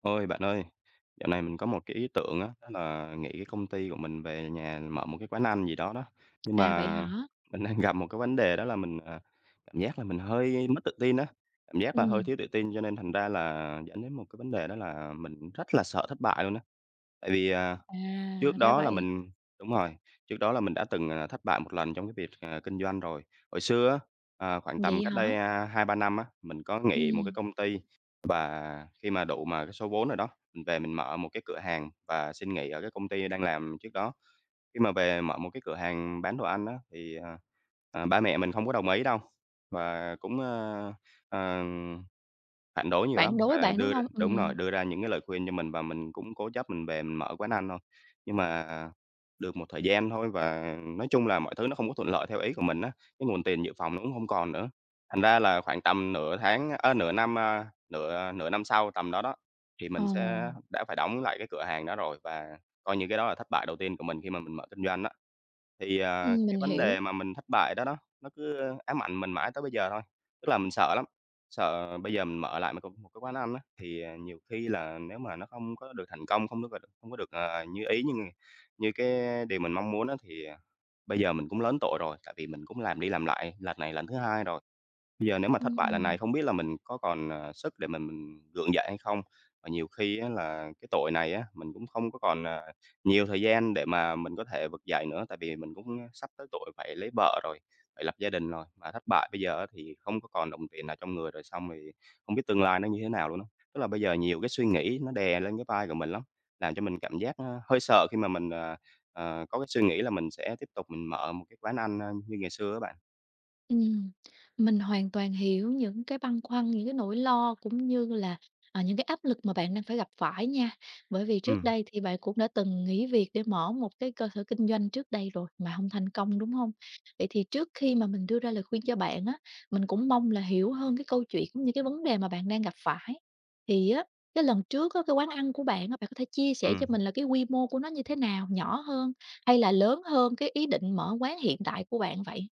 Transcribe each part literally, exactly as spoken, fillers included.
Ôi, bạn ơi, dạo này mình có một cái ý tưởng á, đó là nghỉ cái công ty của mình về nhà mở một cái quán ăn gì đó đó. Nhưng À, vậy mà hả? mình đang gặp một cái vấn đề đó là mình, à, cảm giác là mình hơi mất tự tin á, cảm giác là hơi Ừm, thiếu tự tin cho nên thành ra là dẫn đến một cái vấn đề đó là mình rất là sợ thất bại luôn á. Tại vì, à à, trước ra đó là vậy. mình đúng rồi, trước đó là mình đã từng, à, thất bại một lần trong cái việc, à, kinh doanh rồi. Hồi xưa á, à, khoảng tầm Vậy cách hả? đây, a, hai ba năm á, mình có nghỉ một cái Ừm, công ty và khi mà đủ mà cái số vốn rồi đó, mình về mình mở một cái cửa hàng và xin nghỉ ở cái công ty đang làm trước đó. Khi mà về mở một cái cửa hàng bán đồ ăn á, thì, à, à, ba mẹ mình không có đồng ý đâu và cũng, ơ, ờ phản đối nhiều lắm phản đối và bạn, đúng đưa ra hông? đúng rồi, Ừm, đưa ra những cái lời khuyên cho mình và mình cũng cố chấp mình về mình mở quán ăn thôi. Nhưng mà được một thời gian thôi và nói chung là mọi thứ nó không có thuận lợi theo ý của mình á, cái nguồn tiền dự phòng nó cũng không còn nữa. Thành ra là khoảng tầm nửa tháng ơ, nửa năm, a, nửa nửa năm sau tầm đó đó, thì ờ, mình sẽ đã phải đóng lại cái cửa hàng đó rồi và coi như cái đó là thất bại đầu tiên của mình khi mà mình mở kinh doanh đó thì, à, ừm, cái mình vấn đề hiểu. mà mình thất bại đó đó, nó cứ ám ảnh mình mãi tới bây giờ thôi. Tức là mình sợ lắm, sợ bây giờ mình mở lại một c một cái quán ăn á, thì, à, nhiều khi là nếu mà nó không có được thành công, không được không có được, ờ, như ý, như như cái điều mình mong muốn á, thì, à, bây giờ mình cũng lớn tuổi rồi, tại vì mình cũng làm đi làm lại lần này lần thứ hai rồi. Bây giờ nếu mà thất bại lần này Ừm. không biết là mình có còn, ờ, sức để mình mình gượng dậy hay không? Và nhiều khi á là cái tội này á, mình cũng không có còn, à, nhiều thời gian để mà mình có thể vực dậy nữa, tại vì mình cũng, sắp tới tuổi phải lấy vợ rồi, phải lập gia đình rồi. Mà thất bại bây giờ á thì không có còn đồng tiền nào trong người rồi xong thì không biết tương lai nó như thế nào luôn á. Tức là bây giờ nhiều cái suy nghĩ nó đè lên cái vai của mình lắm, làm cho mình cảm giác, a, hơi sợ khi mà mình, ờ, ờ, có cái suy nghĩ là mình sẽ tiếp tục mình mở một cái quán ăn, a, như ngày xưa á bạn. Ừm, mình hoàn toàn hiểu những cái băn khoăn, những cái nỗi lo cũng như là, à, những cái áp lực mà bạn đang phải gặp phải nha. Bởi vì Ừ, trước đây thì bạn cũng đã từng nghỉ việc để mở một cái cơ sở kinh doanh trước đây rồi mà không thành công, đúng không? Vậy thì trước khi mà mình đưa ra lời khuyên cho bạn á, mình cũng mong là hiểu hơn cái câu chuyện cũng như cái vấn đề mà bạn đang gặp phải. Thì á, cái lần trước á, cái quán ăn của bạn á, bạn có thể chia sẻ ừ. cho mình là cái quy mô của nó như thế nào? Nhỏ hơn hay là lớn hơn cái ý định mở quán hiện tại của bạn vậy?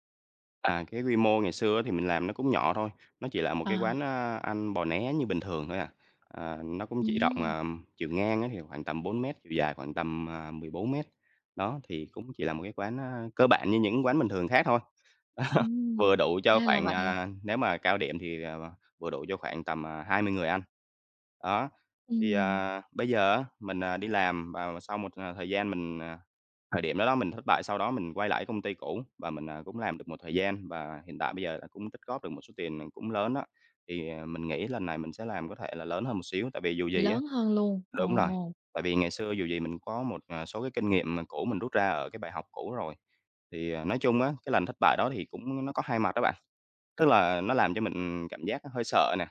À, cái quy mô ngày xưa thì mình làm nó cũng nhỏ thôi, nó chỉ là một Ờ. cái quán, a, ăn bò né như bình thường thôi à. À, nó cũng chỉ rộng, Ừm, à, chiều ngang á thì khoảng tầm bốn mét, chiều dài khoảng tầm, à, mười bốn mét, đó, thì cũng chỉ là một cái quán, a, cơ bản như những quán bình thường khác thôi. Đó, ừm, vừa đủ cho ra là khoảng, vậy. à, nếu mà cao điểm thì, ờ, vừa đủ cho khoảng tầm, à, hai mươi người ăn. Đó, thì, Ừm, à, bây giờ á, mình, à, đi làm và sau một, à, thời gian mình, à thời điểm đó đó mình thất bại, sau đó mình quay lại công ty cũ và mình, à, cũng làm được một thời gian và hiện tại bây giờ là cũng tích góp được một số tiền, cũng lớn đó. Thì, à, mình nghĩ lần này mình sẽ làm có thể là lớn hơn một xíu, tại vì dù gì á lớn hơn luôn. đúng rồi, Ồ, tại vì ngày xưa dù gì mình có một, à, số cái kinh nghiệm mà cũ mình rút ra ở cái bài học cũ rồi. Thì, à, nói chung á, cái lần thất bại đó thì cũng nó có hai mặt đó bạn, tức là nó làm cho mình cảm giác hơi sợ nè,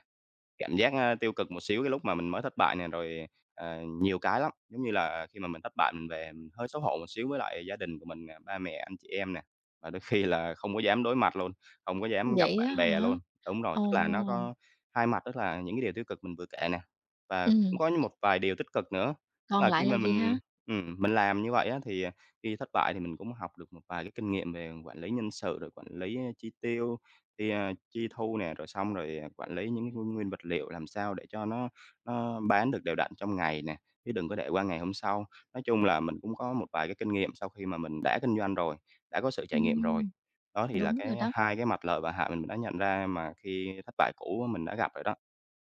cảm giác, a, tiêu cực một xíu cái lúc mà mình mới thất bại nè, rồi, ờ, nhiều cái lắm. Giống như là khi mà mình thất bại mình về mình hơi xấu hổ một xíu với lại gia đình của mình nè, ba mẹ, anh chị em nè, và đôi khi là không có dám đối mặt luôn, không có dám gặp vậy bạn á bè hả? luôn. Đúng rồi, Ồ, tức là nó có hai mặt, tức là những cái điều tiêu cực mình vừa kể nè, và cũng ừm, có một vài điều tích cực nữa. Tức còn là lại khi là mà gì ha? mình ừm, mình làm như vậy á, thì, à, khi thất bại thì mình cũng học được một vài cái kinh nghiệm về quản lý nhân sự, rồi quản lý chi tiêu, thì, à, chi thu nè, rồi xong rồi, à, quản lý những cái nguyên nguyên vật liệu làm sao để cho nó nó bán được đều đặn trong ngày nè, chứ đừng có để qua ngày hôm sau. Nói chung là mình cũng có một vài cái kinh nghiệm sau khi mà mình đã kinh doanh rồi, đã có sự trải nghiệm rồi. Ừm, Đó thì là đúng rồi cái đó. hai cái mặt lợi và hại mình đã nhận ra mà khi thất bại cũ á mình đã gặp rồi đó.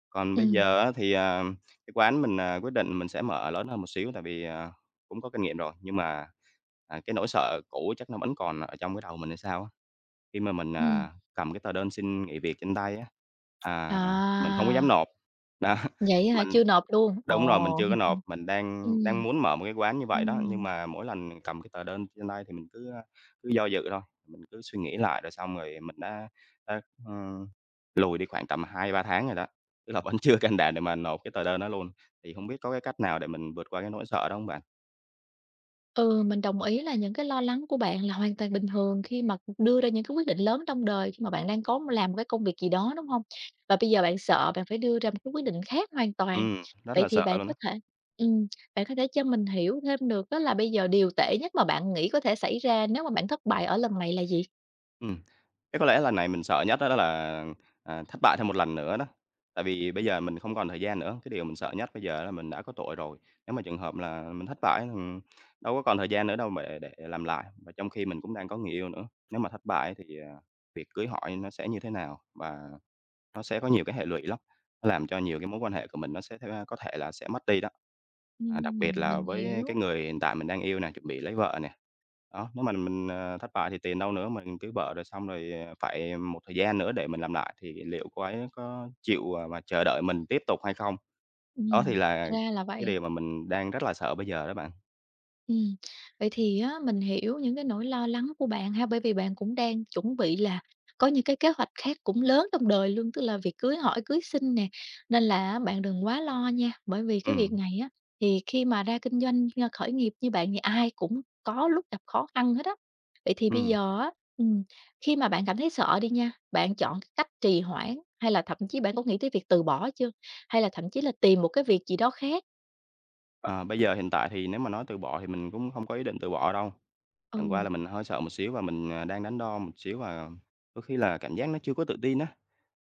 Còn bây Ừm, giờ á thì, à, cái quán mình, à, quyết định mình sẽ mở lớn hơn một xíu tại vì, à, cũng có kinh nghiệm rồi, nhưng mà, à, cái nỗi sợ cũ chắc nó vẫn còn ở trong cái đầu mình hay sao á. Khi mà mình, ừm, à, cầm cái tờ đơn xin nghỉ việc trên tay á, à, mình à, không có dám nộp. Đó. vậy á hả? Mình Chưa nộp luôn? đúng rồi, mình Ồ, chưa có ừm, nộp, mình đang đang ừm, muốn mở một cái quán như vậy đó, nhưng mà mỗi lần cầm cái tờ đơn trên tay thì mình cứ, a, cứ do dự thôi, mình cứ suy nghĩ lại rồi xong rồi mình đã đã, ừm, lùi đi khoảng tầm hai ba tháng rồi đó, tức là vẫn chưa can đảm để mà nộp cái tờ đơn đó luôn. Thì hông biết có cái cách nào để mình vượt qua cái nỗi sợ đó hông bạn? Ừ, mình đồng ý là những cái lo lắng của bạn là hoàn toàn bình thường khi mà đưa ra những cái quyết định lớn trong đời khi mà bạn đang có làm một cái công việc gì đó đúng không? Và bây giờ bạn sợ bạn phải đưa ra một cái quyết định khác hoàn toàn. Ừm, rất Vậy là thì sợ bạn luôn có á. thể ừm, bạn có thể cho mình hiểu thêm được đó là bây giờ điều tệ nhất mà bạn nghĩ có thể xảy ra nếu mà bạn thất bại ở lần này là gì? Ừm. Cái có lẽ lần này mình sợ nhất á đó là, à, thất bại thêm một lần nữa đó. Tại vì bây giờ mình không còn thời gian nữa, cái điều mình sợ nhất bây giờ là mình đã có tuổi rồi, nếu mà trường hợp là mình thất bại, thì đâu có còn thời gian nữa đâu mà để để làm lại. Và trong khi mình cũng đang có người yêu nữa, nếu mà thất bại thì, à, việc cưới hỏi nó sẽ như thế nào và nó sẽ có nhiều cái hệ lụy lắm, nó làm cho nhiều cái mối quan hệ của mình nó sẽ ờ, có thể là sẽ mất đi đó. À, đặc biệt Ừm, là mình với hiểu. cái người hiện tại mình đang yêu nè, chuẩn bị lấy vợ nè. Đó, nếu mà mình, ờ, thất bại thì tiền đâu nữa, mình cưới vợ rồi xong rồi, ờ, phải một thời gian nữa để mình làm lại thì liệu cô ấy có chịu, à, mà chờ đợi mình tiếp tục hay không? Đó thì Ừm, là ra là cái vậy. điều mà mình đang rất là sợ bây giờ đó bạn. Ừm, vậy thì á, mình hiểu những cái nỗi lo lắng của bạn ha, bởi vì bạn cũng đang chuẩn bị là có những cái kế hoạch khác cũng lớn trong đời luôn, tức là việc cưới hỏi, cưới xin nè, nên là bạn đừng quá lo nha, bởi vì cái việc Ừ. này á, thì khi mà ra kinh doanh, a, khởi nghiệp như bạn thì ai cũng có lúc gặp khó khăn hết á. Vậy thì bây ừm, giờ á, ừm, khi mà bạn cảm thấy sợ đi nha, bạn chọn cái cách trì hoãn hay là thậm chí bạn có nghĩ tới việc từ bỏ chưa? Hay là thậm chí là tìm một cái việc gì đó khác? ờ, Bây giờ hiện tại thì nếu mà nói từ bỏ thì mình cũng không có ý định từ bỏ đâu. Ừ, Chẳng qua là mình hơi sợ một xíu và mình, à, đang đắn đo một xíu và đôi khi là cảm giác nó chưa có tự tin á.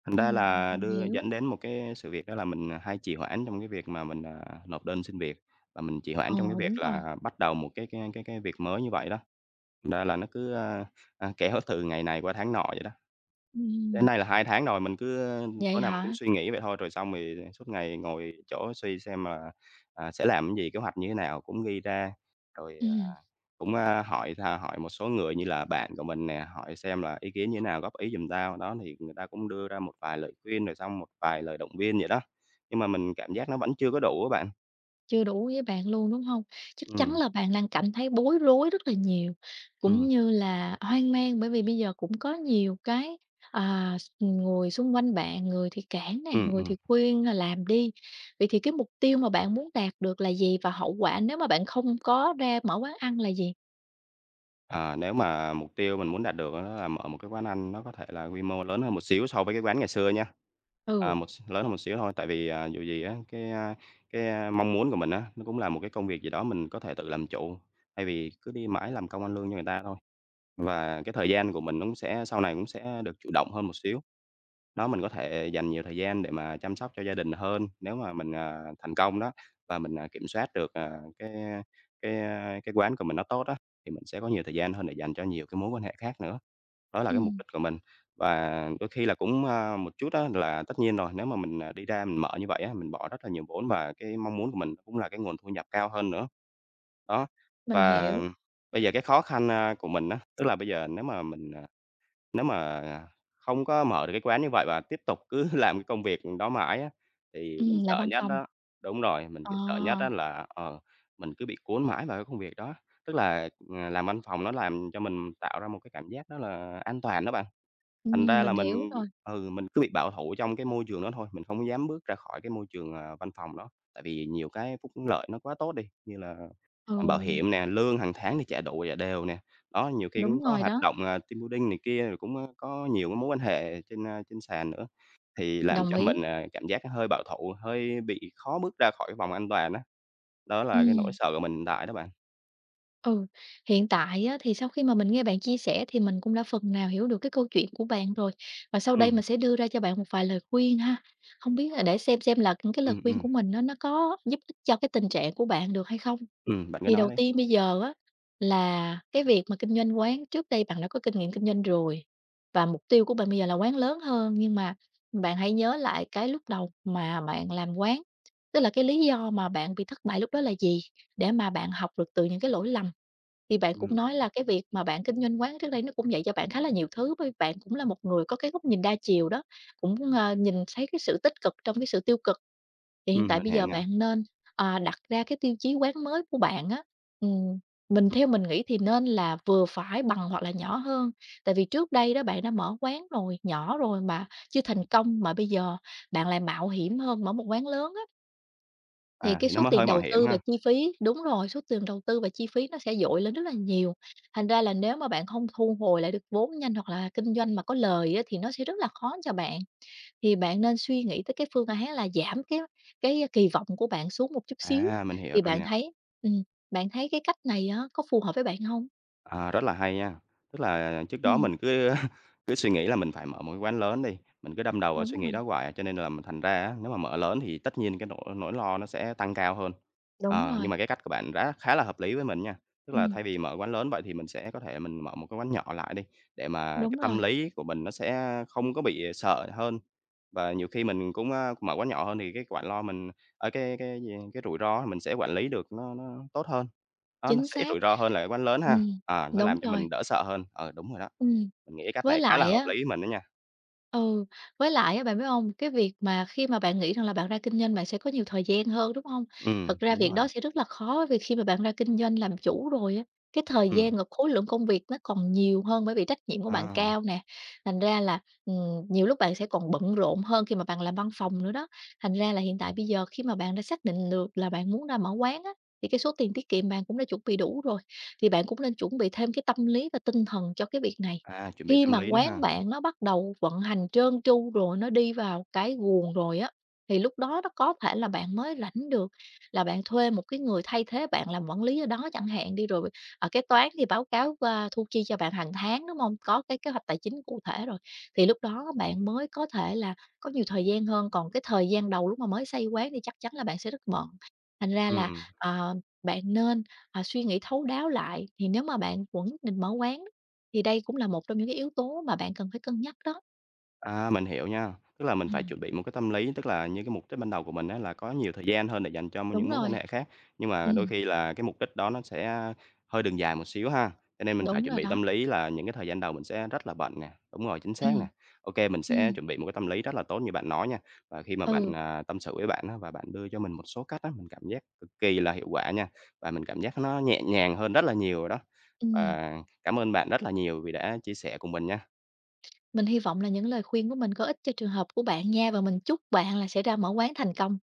Thành ra ừm, là mình đưa hiểu. dẫn đến một cái sự việc đó là mình, à, hay trì hoãn trong cái việc mà mình, à, nộp đơn xin việc, và mình trì Ờ, hoãn trong cái việc đúng rồi. là bắt đầu một cái cái cái cái việc mới như vậy đó. Thành ra là nó cứ, a, a, kéo từ ngày này qua tháng nọ vậy đó. Đến Ừm, nay là hai tháng rồi, mình cứ vậy tối nào mình cũng hả? suy nghĩ vậy thôi, rồi xong thì suốt ngày ngồi chỗ suy xem là, à, sẽ làm cái gì, kế hoạch như thế nào cũng ghi ra. Rồi, à, Ừm, cũng, a, hỏi thà hỏi một số người như là bạn của mình nè, hỏi xem là ý kiến như thế nào, góp ý giùm tao. Đó, thì người ta cũng đưa ra một vài lời khuyên, rồi xong một vài lời động viên vậy đó, nhưng mà mình cảm giác nó vẫn chưa có đủ á bạn. chưa đủ với bạn luôn, đúng hông? Chắc chắn Ừ là bạn đang cảm thấy bối rối rất là nhiều, ừ cũng như là hoang mang bởi vì bây giờ cũng có nhiều cái, à, s người xung quanh bạn, người thì cản nè, ừ. người thì Ừm. khuyên, là làm đi. Vậy thì cái mục tiêu mà bạn muốn đạt được là gì và hậu quả nếu mà bạn không có ra mở quán ăn là gì? Ờ, nếu mà mục tiêu mình muốn đạt được á đó là mở một cái quán ăn nó có thể là quy mô lớn hơn một xíu so với cái quán ngày xưa nha. À, Ừ, một s lớn hơn một xíu thôi, tại vì, à, dù gì á, cái, a, cái, a, mong muốn của mình á, nó cũng là một cái công việc gì đó mình có thể tự làm chủ, thay vì cứ đi mãi làm công ăn lương cho người ta thôi. Và cái thời gian của mình nó cũng sẽ sau này cũng sẽ được chủ động hơn một xíu, đó, mình có thể dành nhiều thời gian để mà chăm sóc cho gia đình hơn nếu mà mình, à, thành công đó, và mình, à, kiểm soát được, à, cái, cái, a, cái quán của mình nó tốt á, thì mình sẽ có nhiều thời gian hơn để dành cho nhiều cái mối quan hệ khác nữa. Đó là cái mục ừm, đích của mình. Và đôi khi là cũng, a, một chút á là tất nhiên rồi, nếu mà mình, à, đi ra mình mở như vậy á, mình bỏ rất là nhiều vốn và cái mong muốn của mình cũng là cái nguồn thu nhập cao hơn nữa. Đó, mình và hiểu, bây giờ cái khó khăn, a, của mình á, tức là bây giờ nếu mà mình, à nếu mà không có mở được cái quán như vậy và tiếp tục cứ làm cái công việc đó mãi á, thì mình ừm, làm sợ văn nhất phòng. đó, đúng rồi, mình Ờ, cứ sợ nhất đó là, ờ, mình cứ bị cuốn mãi vào cái công việc đó. Tức là, ờ, làm văn phòng nó làm cho mình tạo ra một cái cảm giác đó là an toàn đó bạn, thành ừm, ra là mình hiểu mình rồi. ừ, mình cứ bị bảo thủ trong cái môi trường đó thôi, mình không dám bước ra khỏi cái môi trường, ờ, văn phòng đó, tại vì nhiều cái phúc lợi nó quá tốt đi, như là Ừ, ờ, bảo hiểm nè, lương hàng tháng thì trả đủ trả đều nè. Đó, nhiều khi đúng cũng có rồi hoạt đó, động, à, team building này kia, rồi cũng, ơ, có nhiều cái mối quan hệ trên, a, trên sàn nữa, thì làm đồng cho ý. mình, à, cảm giác hơi bảo thủ, hơi bị khó bước ra khỏi cái vòng an toàn á. Đó là cái nỗi Ừm. sợ của mình hiện tại đó bạn. Ừ, hiện tại á, thì sau khi mà mình nghe bạn chia sẻ thì mình cũng đã phần nào hiểu được cái câu chuyện của bạn rồi. Và sau đây mình Ừm, sẽ đưa ra cho bạn một vài lời khuyên ha. Không biết là để xem xem là những cái lời ừm, khuyên ừm, của mình nó nó có giúp ích cho cái tình trạng của bạn được hay không. ừm, bạn cứ Thì nói đầu đi. tiên bây giờ á là cái việc mà kinh doanh quán trước đây bạn đã có kinh nghiệm kinh doanh rồi và mục tiêu của bạn bây giờ là quán lớn hơn nhưng mà bạn hãy nhớ lại cái lúc đầu mà bạn làm quán, tức là cái lý do mà bạn bị thất bại lúc đó là gì để mà bạn học được từ những cái lỗi lầm. Thì bạn cũng Ừm, nói là cái việc mà bạn kinh doanh quán trước đây nó cũng dạy cho bạn khá là nhiều thứ, bởi vì bạn cũng là một người có cái góc nhìn đa chiều đó, cũng, ờ, nhìn thấy cái sự tích cực trong cái sự tiêu cực. Thì hiện ừm, tại mình bây hiểu giờ nè. bạn nên, à, đặt ra cái tiêu chí quán mới của bạn á, ừm, mình theo mình nghĩ thì nên là vừa phải bằng hoặc là nhỏ hơn. Tại vì trước đây đó bạn đã mở quán rồi, nhỏ rồi mà chưa thành công, mà bây giờ bạn lại mạo hiểm hơn, mở một quán lớn á, thì À, cái thì nó số mới tiền hơi mạo đầu hiểm tư và ha. chi phí đúng rồi, số tiền đầu tư và chi phí nó sẽ dội lên rất là nhiều. Thành ra là nếu mà bạn không thu hồi lại được vốn nhanh hoặc là kinh doanh mà có lời á, thì nó sẽ rất là khó cho bạn. Thì bạn nên suy nghĩ tới cái phương án là giảm cái cái kỳ vọng của bạn xuống một chút xíu, À, mình hiểu thì rồi bạn nè. thấy ừm, bạn thấy cái cách này á, có phù hợp với bạn không? À, rất là hay nha. Tức là trước đó Ừm, mình cứ cứ suy nghĩ là mình phải mở một cái quán lớn đi, mình cứ đâm đầu vào đúng suy nghĩ rồi, đó hoài, cho nên là mình thành ra á, nếu mà mở lớn thì tất nhiên cái nỗi nỗi lo nó sẽ tăng cao hơn. đúng Ờ, nhưng rồi, mà cái cách của bạn đã khá là hợp lý với mình nha. Tức là ừm, thay vì mở quán lớn vậy thì mình sẽ có thể mình mở một cái quán nhỏ lại đi, để mà đúng cái tâm rồi, lý của mình nó sẽ không có bị sợ hơn. Và nhiều khi mình cũng, a, mở quán nhỏ hơn thì cái quản lo mình ờ, cái cái gì, cái rủi ro mình sẽ quản lý được nó nó tốt hơn, đó, nó chính sẽ ít xác, rủi ro hơn là cái quán lớn ha, ừm, à, nó đúng làm cho rồi, mình đỡ sợ hơn. Ờ, đúng rồi đó, ừm. mình nghĩ cái cách Với này khá là lại hợp á. lý với mình đó nha. Ừ, với lại á, bạn biết hông? Cái việc mà khi mà bạn nghĩ rằng là bạn ra kinh doanh bạn sẽ có nhiều thời gian hơn, đúng không? Ừm, Thật ra đúng việc rồi đó nè, sẽ rất là khó vì khi mà bạn ra kinh doanh làm chủ rồi á, cái thời ừm, gian và khối lượng công việc nó còn nhiều hơn bởi vì trách nhiệm của bạn à, cao nè, thành ra là, ừm, nhiều lúc bạn sẽ còn bận rộn hơn khi mà bạn làm văn phòng nữa đó. Thành ra là hiện tại bây giờ khi mà bạn đã xác định được là bạn muốn ra mở quán á, thì cái số tiền tiết kiệm bạn cũng đã chuẩn bị đủ rồi, thì bạn cũng nên chuẩn bị thêm cái tâm lý và tinh thần cho cái việc này. à, chuẩn bị Khi tâm mà lý nữa quán ha, bạn nó bắt đầu vận hành trơn tru rồi, nó đi vào cái guồng rồi á, thì lúc đó nó có thể là bạn mới rảnh được, là bạn thuê một cái người thay thế bạn làm quản lý ở đó chẳng hạn đi, rồi, ở kế toán thì báo cáo qua thu chi cho bạn hàng tháng, đúng không? Có cái kế hoạch tài chính cụ thể rồi, thì lúc đó bạn mới có thể là có nhiều thời gian hơn, còn cái thời gian đầu lúc mà mới xây quán thì chắc chắn là bạn sẽ rất bận. Thành ra là, ừm. ờ, bạn nên, ờ, suy nghĩ thấu đáo lại, thì nếu mà bạn vẫn định mở quán thì đây cũng là một trong những cái yếu tố mà bạn cần phải cân nhắc đó. À, mình hiểu nha. Tức là mình phải Ừm. chuẩn bị một cái tâm lý, tức là như cái mục đích ban đầu của mình á là có nhiều thời gian hơn để dành cho Đúng những mối quan rồi, hệ khác, nhưng mà đôi ừm, khi là cái mục đích đó nó sẽ hơi đường dài một xíu ha. Cho nên mình phải đúng chuẩn rồi bị đó. tâm lý là những cái thời gian đầu mình sẽ rất là bận nè, đúng rồi, chính xác nè. Ừm, Ok mình sẽ ừm, chuẩn bị một cái tâm lý rất là tốt như bạn nói nha. Và khi mà bạn, ừ, à, tâm sự với bạn á và bạn đưa cho mình một số cách á, mình cảm giác cực kỳ là hiệu quả nha, và mình cảm giác nó nhẹ nhàng hơn rất là nhiều rồi đó. ừm. Và cảm ơn bạn rất là nhiều vì đã chia sẻ cùng mình nha. Mình hy vọng là những lời khuyên của mình có ích cho trường hợp của bạn nha, và mình chúc bạn là sẽ ra mở quán thành công.